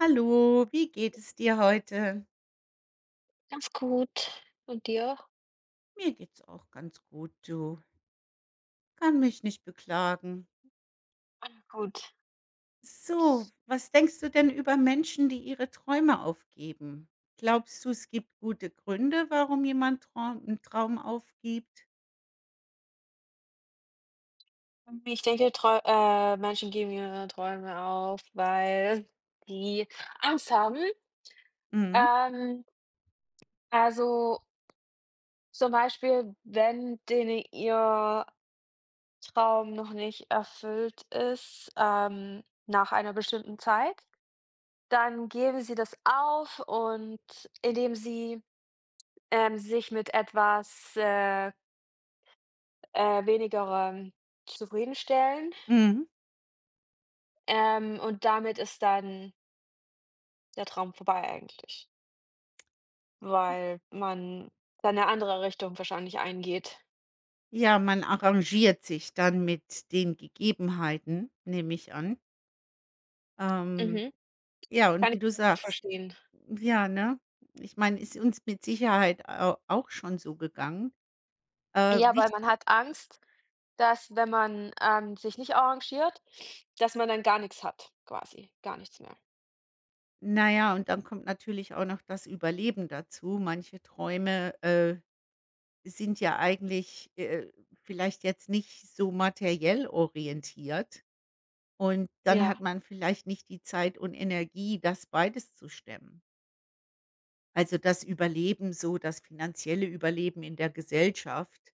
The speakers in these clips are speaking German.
Hallo, wie geht es dir heute? Ganz gut. Und dir? Mir geht's auch ganz gut, du. Kann mich nicht beklagen. Ah, gut. So, was denkst du denn über Menschen, die ihre Träume aufgeben? Glaubst du, es gibt gute Gründe, warum jemand Traum aufgibt? Ich denke, Träu Menschen geben ihre Träume auf, weil die Angst haben. Mhm, Ähm, also, zum Beispiel, wenn denen ihr Traum noch nicht erfüllt ist, nach einer bestimmten Zeit, dann geben sie das auf und indem sie, sich mit etwas, Wenigerem zufriedenstellen. mhm. Und damit ist dann der Traum vorbei eigentlich, weil man dann eine andere Richtung wahrscheinlich eingeht. Ja, man arrangiert sich dann mit den Gegebenheiten, nehme ich an. Ähm, Mhm. ja, und Kann wie du ich gut sagst, verstehen. ja, ne? Ich meine, ist uns mit Sicherheit au auch schon so gegangen. Ja, weil Wich man hat Angst, dass wenn man, sich nicht arrangiert, dass man dann gar nichts hat quasi, gar nichts mehr. Na ja, und dann kommt natürlich auch noch das Überleben dazu. Manche Träume, sind ja eigentlich, vielleicht jetzt nicht so materiell orientiert, und dann hat Ja, man vielleicht nicht die Zeit und Energie, das beides zu stemmen. Also, das Überleben so, das finanzielle Überleben in der Gesellschaft,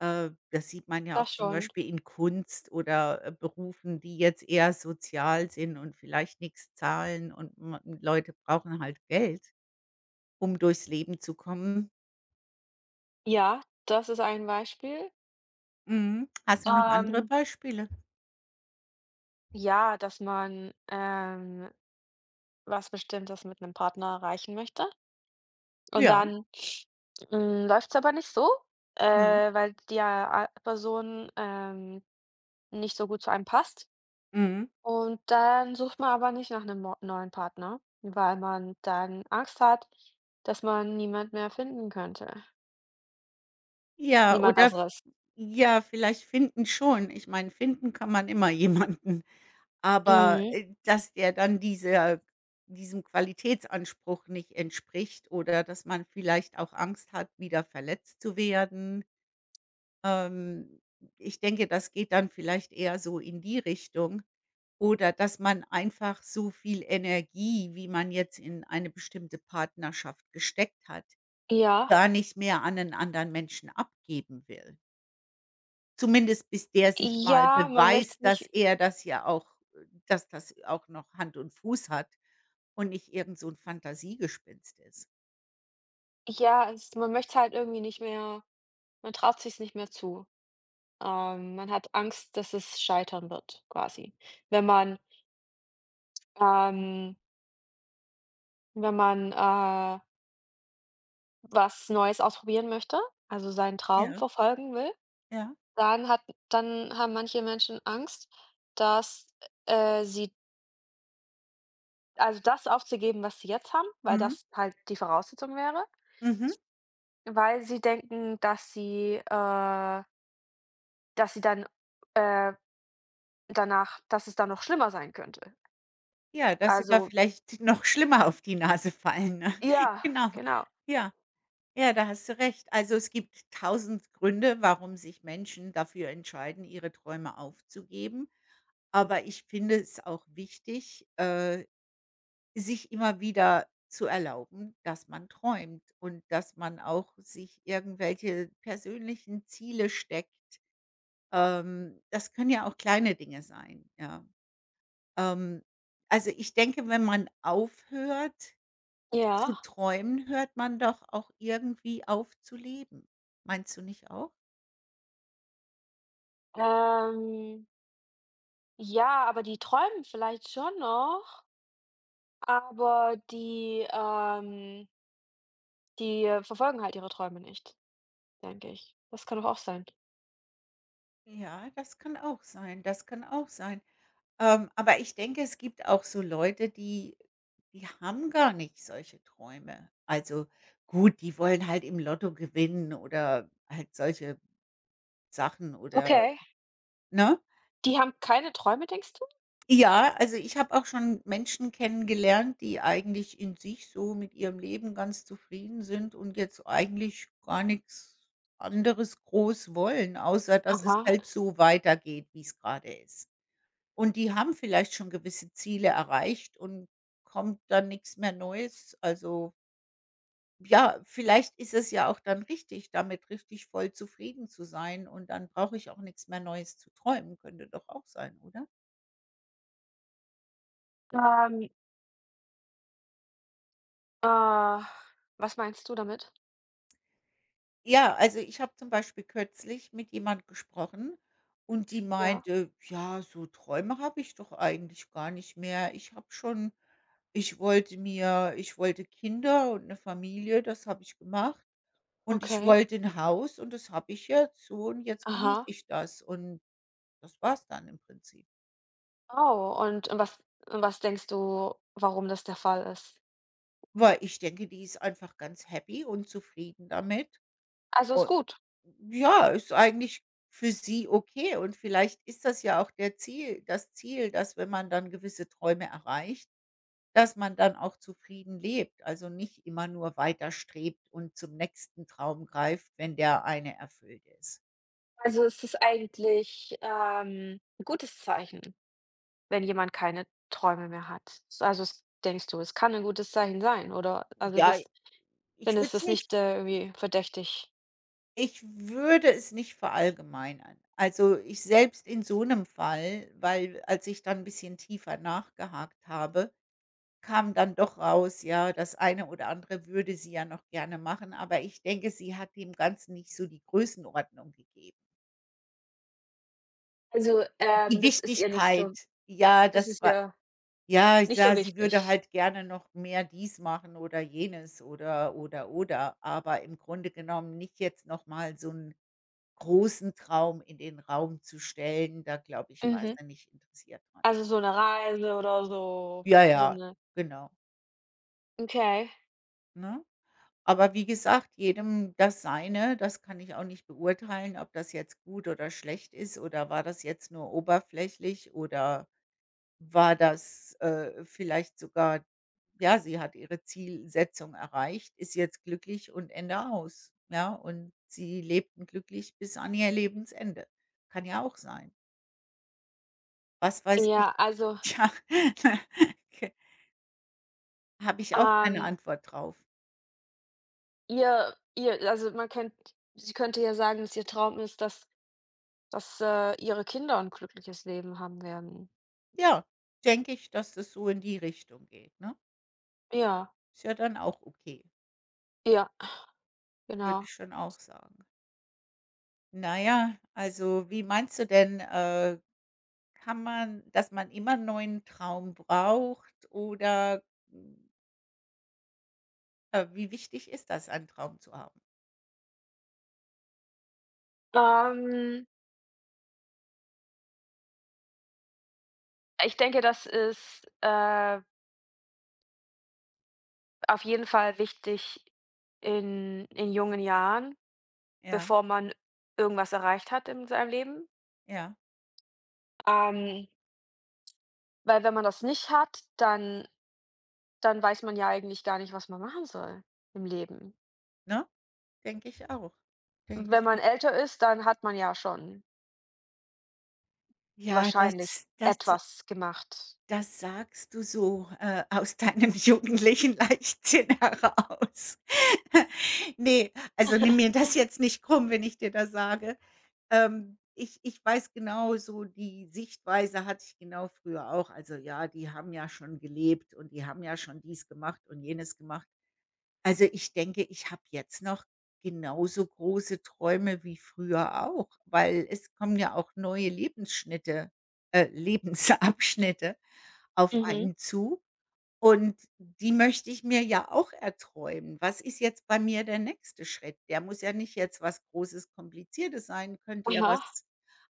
das sieht man ja auch das zum schon. Beispiel in Kunst oder, Berufen, die jetzt eher sozial sind und vielleicht nichts zahlen, und ma Leute brauchen halt Geld um durchs Leben zu kommen. Ja, das ist ein Beispiel. Mhm. Hast du noch andere Ähm, Beispiele? ja, dass man, was Bestimmtes mit einem Partner erreichen möchte. Und Ja. dann, hm, läuft's aber nicht so, Mhm. Weil die a Person, nicht so gut zu einem passt. Mhm. Und dann sucht man aber nicht nach einem mo neuen Partner, weil man dann Angst hat, dass man niemand mehr finden könnte. Ja, Niemand oder v Besseres. Ja, vielleicht finden schon. Ich meine, finden kann man immer jemanden, aber, Mhm. Dass der dann dieser diesem Qualitätsanspruch nicht entspricht, oder dass man vielleicht auch Angst hat, wieder verletzt zu werden. Ähm, ich denke, das geht dann vielleicht eher so in die Richtung. Oder dass man einfach so viel Energie, wie man jetzt in eine bestimmte Partnerschaft gesteckt hat, Ja. gar nicht mehr an 'nen anderen Menschen abgeben will. Zumindest bis der sich mal Ja, man beweist, möchte dass nicht er das ja auch dass das auch noch Hand und Fuß hat und nicht irgend so 'n Fantasiegespinst ist. ja, es man möchte halt irgendwie nicht mehr, man traut sich's nicht mehr zu. Man hat Angst, dass es scheitern wird quasi, wenn man, ähm wenn man, was Neues ausprobieren möchte, also seinen Traum Ja, verfolgen will, ja. dann hat dann haben manche Menschen Angst, dass, sie, also das aufzugeben, was sie jetzt haben, weil Mhm. das halt die Voraussetzung wäre, Mhm. weil sie denken, dass sie dann, äh danach, dass es dann noch schlimmer sein könnte. Ja, dass sie da Also vielleicht noch schlimmer auf die Nase fallen, ne? ja, Genau. genau. Ja, ja, da hast du recht. Also, es gibt tausend Gründe, warum sich Menschen dafür entscheiden, ihre Träume aufzugeben. Aber ich finde es auch wichtig, sich immer wieder zu erlauben, dass man träumt und dass man auch sich irgendwelche persönlichen Ziele steckt. Das können ja auch kleine Dinge sein, ja. Ähm, also, ich denke, wenn man aufhört zu Ja, träumen, hört man doch auch irgendwie auf zu leben. Meinst du nicht auch? ähm, ja, aber die träumen vielleicht schon noch. Aber die, die, verfolgen halt ihre Träume nicht, denke ich. Das kann doch auch sein. Ja, das kann auch sein, das kann auch sein. Aber ich denke, es gibt auch so Leute, die haben gar nicht solche Träume. Also, gut, die wollen halt im Lotto gewinnen oder halt solche Sachen oder, Okay. ne? Die haben keine Träume, denkst du? Ja, also ich habe auch schon Menschen kennengelernt, die eigentlich in sich so mit ihrem Leben ganz zufrieden sind und jetzt eigentlich gar nichts anderes groß wollen, außer dass es Aha. halt so weitergeht, wie es gerade ist. Und die haben vielleicht schon gewisse Ziele erreicht und kommt dann nichts mehr Neues. Also, ja, vielleicht ist es ja auch dann richtig, damit richtig voll zufrieden zu sein, und dann brauche ich auch nichts mehr Neues zu träumen, könnte doch auch sein, oder? Ähm, äh, Was meinst du damit? Ja, also ich habe zum Beispiel kürzlich mit jemand gesprochen und die Ja, meinte: „Ja, so Träume habe ich doch eigentlich gar nicht mehr. Ich habe schon ich wollte Kinder und eine Familie, das habe ich gemacht. Und ich okay. wollte ein Haus und das habe ich jetzt so und jetzt genieße Aha. ich das.“ Und das war's dann im Prinzip. Oh, und was denkst du, warum das der Fall ist? Weil ich denke, die ist einfach ganz happy und zufrieden damit. Also, ist Und gut. ja, ist eigentlich für sie okay, und vielleicht ist das ja auch der Ziel das Ziel, dass wenn man dann gewisse Träume erreicht, dass man dann auch zufrieden lebt, also nicht immer nur weiter strebt und zum nächsten Traum greift, wenn der eine erfüllt ist. Also, ist es eigentlich, 'n gutes Zeichen, wenn jemand keine Träume mehr hat? S Also, es denkst du, es kann ein gutes Zeichen sein, oder? Also, Ja, bist, ich dann würde ist es das nicht nicht, irgendwie verdächtig. Ich würde es nicht verallgemeinern. Also, ich selbst in so einem Fall, weil als ich dann ein bisschen tiefer nachgehakt habe, kam dann doch raus, ja, das eine oder andere würde sie ja noch gerne machen, aber ich denke, sie hat dem Ganzen nicht so die Größenordnung gegeben. Also, Die das Wichtigkeit, ja, das ist war ihr ja, ich nicht so sah sie würde wichtig. halt gerne noch mehr dies machen oder jenes oder, aber im Grunde genommen nicht jetzt noch mal so einen großen Traum in den Raum zu stellen, da glaube ich, war Mhm. sie nicht interessiert dran. Also, so 'ne Reise oder so, Ja, so ja, 'ne genau, okay. ne? Aber wie gesagt, jedem das Seine. Das kann ich auch nicht beurteilen, ob das jetzt gut oder schlecht ist, oder war das jetzt nur oberflächlich, oder war das, vielleicht sogar, ja, sie hat ihre Zielsetzung erreicht, ist jetzt glücklich und Ende aus, ja? Und sie lebten glücklich bis an ihr Lebensende. Kann ja auch sein. Was weiß ich? Ja, also, Ja, habe ich auch keine ähm, Antwort drauf. ihr, also, man könnt sie könnte ja sagen, dass ihr Traum ist, dass, ihre Kinder 'n glückliches Leben haben werden. Ja, denke ich, dass das so in die Richtung geht, ne? Ja, Ist ja dann auch okay, ja, würde genau. ich schon auch sagen. Na ja, also, wie meinst du denn, kann man, dass man immer 'n neuen Traum braucht, oder, hm, wie wichtig ist das, einen Traum zu haben? Ähm, Ich denke, das ist, auf jeden Fall wichtig in jungen Jahren. Ja, Bevor man irgendwas erreicht hat in seinem Leben. ja, Ähm, weil wenn man das nicht hat, dann weiß man ja eigentlich gar nicht, was man machen soll im Leben. ne? Denke ich auch. Denke ich Wenn man auch. älter ist, dann hat man ja schon Ja, wahrscheinlich das das etwas gemacht. Das sagst du so, aus deinem jugendlichen Leichtsinn heraus. Ne, also, nimm mir das jetzt nicht krumm, wenn ich dir das sage. Ich weiß genau, so die Sichtweise hatte ich genau früher auch. Also, ja, die haben ja schon gelebt und die haben ja schon dies gemacht und jenes gemacht. Also, ich denke, ich habe jetzt noch genauso große Träume wie früher auch, weil es kommen ja auch neue Lebensschnitte Lebensabschnitte auf Mhm. einen zu. Und die möchte ich mir ja auch erträumen. Was ist jetzt bei mir der nächste Schritt? Der muss ja nicht jetzt was Großes, Kompliziertes sein, könnte ja Aha. was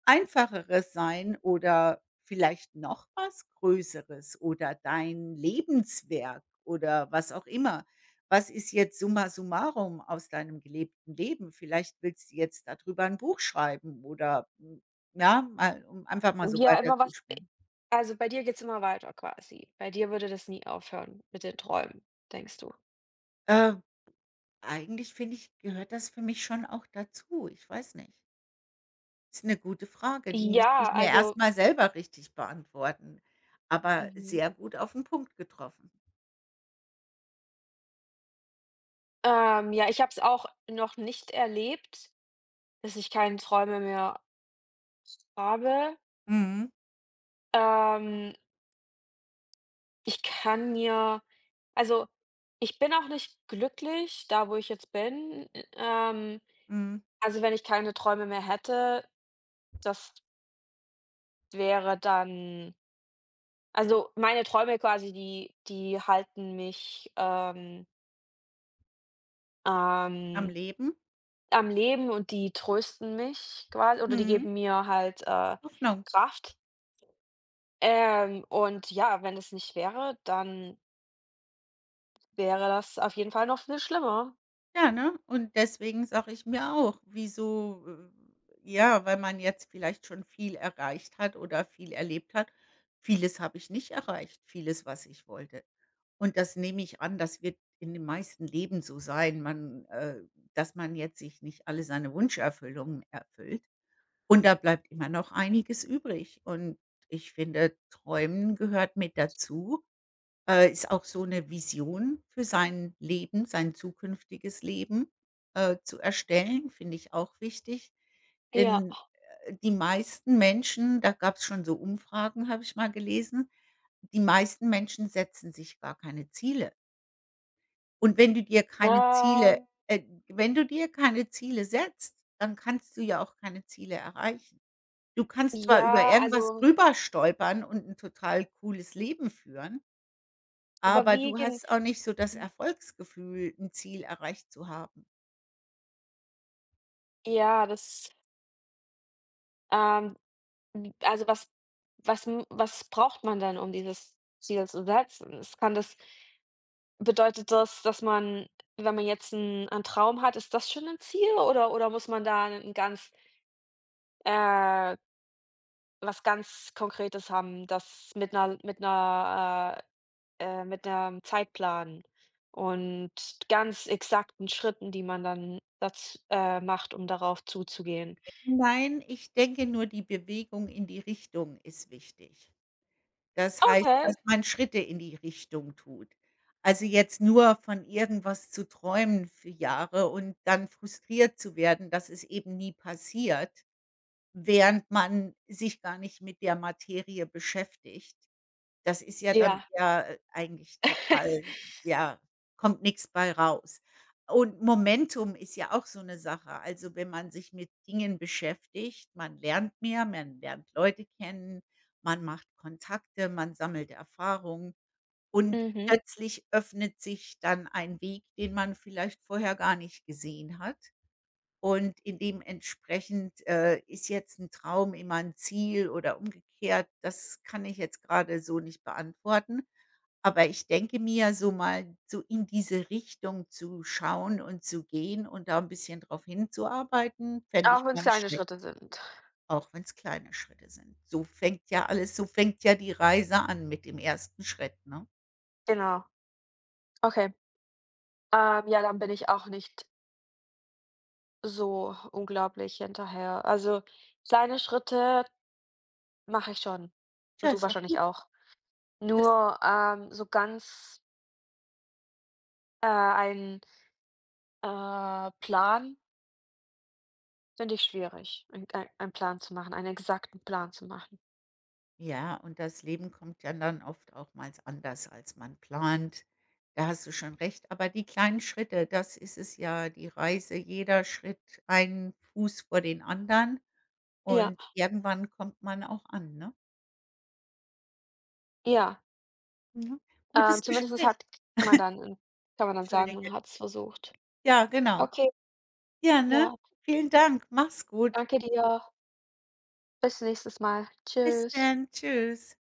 Einfacheres sein oder vielleicht noch was Größeres oder dein Lebenswerk oder was auch immer. Was ist jetzt summa summarum aus deinem gelebten Leben? Vielleicht willst du jetzt darüber ein Buch schreiben oder, hm, ja, mal um einfach mal so Ja, immer was e weiterzuspinnen. also, bei dir geht's immer weiter quasi. Bei dir würde das nie aufhören mit den Träumen, denkst du? Äh Eigentlich finde ich, gehört das für mich schon auch dazu. Ich weiß nicht. Ist 'ne gute Frage, die müsste ich Ja, mir erst also. mal selber richtig beantworten, aber Mhm. sehr gut auf 'n Punkt getroffen. Ähm, ja, ich habe es auch noch nicht erlebt, dass ich keine Träume mehr habe. Mhm, Ähm, ich kann mir, also, ich bin auch nicht glücklich da, wo ich jetzt bin. Mhm. Also, wenn ich keine Träume mehr hätte, das wäre dann, also, meine Träume quasi, die halten mich, Am ähm, Leben, am Leben und die trösten mich quasi oder die mhm, geben mir halt, Hoffnung. Kraft. Und ja, wenn es nicht wäre, dann wäre das auf jeden Fall noch viel schlimmer. Ja, ne? Und deswegen sage ich mir auch, wieso, ja, weil man jetzt vielleicht schon viel erreicht hat oder viel erlebt hat. Vieles habe ich nicht erreicht, vieles, was ich wollte. Und das nehme ich an, das wird in den meisten Leben so sein, man, dass man jetzt sich nicht alle seine Wunscherfüllungen erfüllt. Und da bleibt immer noch einiges übrig. Und ich finde, Träumen gehört mit dazu, ist auch so 'ne Vision für sein Leben, sein zukünftiges Leben, zu erstellen, finde ich auch wichtig. Ja. Denn, die meisten Menschen, da gab's schon so Umfragen, habe ich mal gelesen, die meisten Menschen setzen sich gar keine Ziele. Und wenn du dir keine Ziele Ähm wenn du dir keine Ziele setzt, dann kannst du ja auch keine Ziele erreichen. Du kannst zwar über Ja, irgendwas also drüber stolpern und 'n total cooles Leben führen, aber du überwiegend, hast auch nicht so das Erfolgsgefühl, 'n Ziel erreicht zu haben. ja, das, ähm w also, was braucht man denn, um dieses Ziel zu setzen? Es kann das Bedeutet das, dass man, wenn man jetzt 'n einen Traum hat, ist das schon ein Ziel, oder muss man da ein ganz, äh, was ganz Konkretes haben, das mit einer, mit 'nem Zeitplan und ganz exakten Schritten, die man dann daz macht, um darauf zuzugehen? Nein, ich denke nur, die Bewegung in die Richtung ist wichtig. Das heißt, Okay, dass man Schritte in die Richtung tut. Also, jetzt nur von irgendwas zu träumen für Jahre und dann frustriert zu werden, dass es eben nie passiert, während man sich gar nicht mit der Materie beschäftigt. Das ist ja dann, ja. ja, eigentlich total, ja, kommt nichts bei raus. Und Momentum ist ja auch so 'ne Sache. Also, wenn man sich mit Dingen beschäftigt, man lernt mehr, man lernt Leute kennen, man macht Kontakte, man sammelt Erfahrung, und Mhm. plötzlich öffnet sich dann ein Weg, den man vielleicht vorher gar nicht gesehen hat. Und in dementsprechend, ist jetzt ein Traum immer ein Ziel oder umgekehrt, das kann ich jetzt gerade so nicht beantworten. Aber ich denke mir, so mal so in diese Richtung zu schauen und zu gehen und da ein bisschen drauf hinzuarbeiten, fände Auch ich wenn gar es nicht kleine schlecht, Schritte sind. auch wenn es kleine Schritte sind. So fängt ja die Reise an mit dem ersten Schritt, ne? Genau. Okay. Ja, dann bin ich auch nicht so unglaublich hinterher. Also, kleine Schritte mache ich schon Tja, und du ist doch wahrscheinlich gut. auch. Nur, so ganz, einen, Plan finde ich schwierig, einen Plan zu machen, einen exakten Plan zu machen. Ja, und das Leben kommt ja dann oft auch mal anders, als man plant. Da hast du schon recht. Aber die kleinen Schritte, das ist es ja, die Reise, jeder Schritt, ein Fuß vor den anderen, Ja, und irgendwann kommt man auch an, ne? ja. Ja. Gutes Zumindest Gespräch. hat man dann kann man dann sagen, Entschuldige. man hat es versucht. Ja, genau. Okay, Ja, ne? ja, Vielen Dank. Mach's gut. danke dir. Bis nächstes Mal. Bis Tschüss. dann. Tschüss.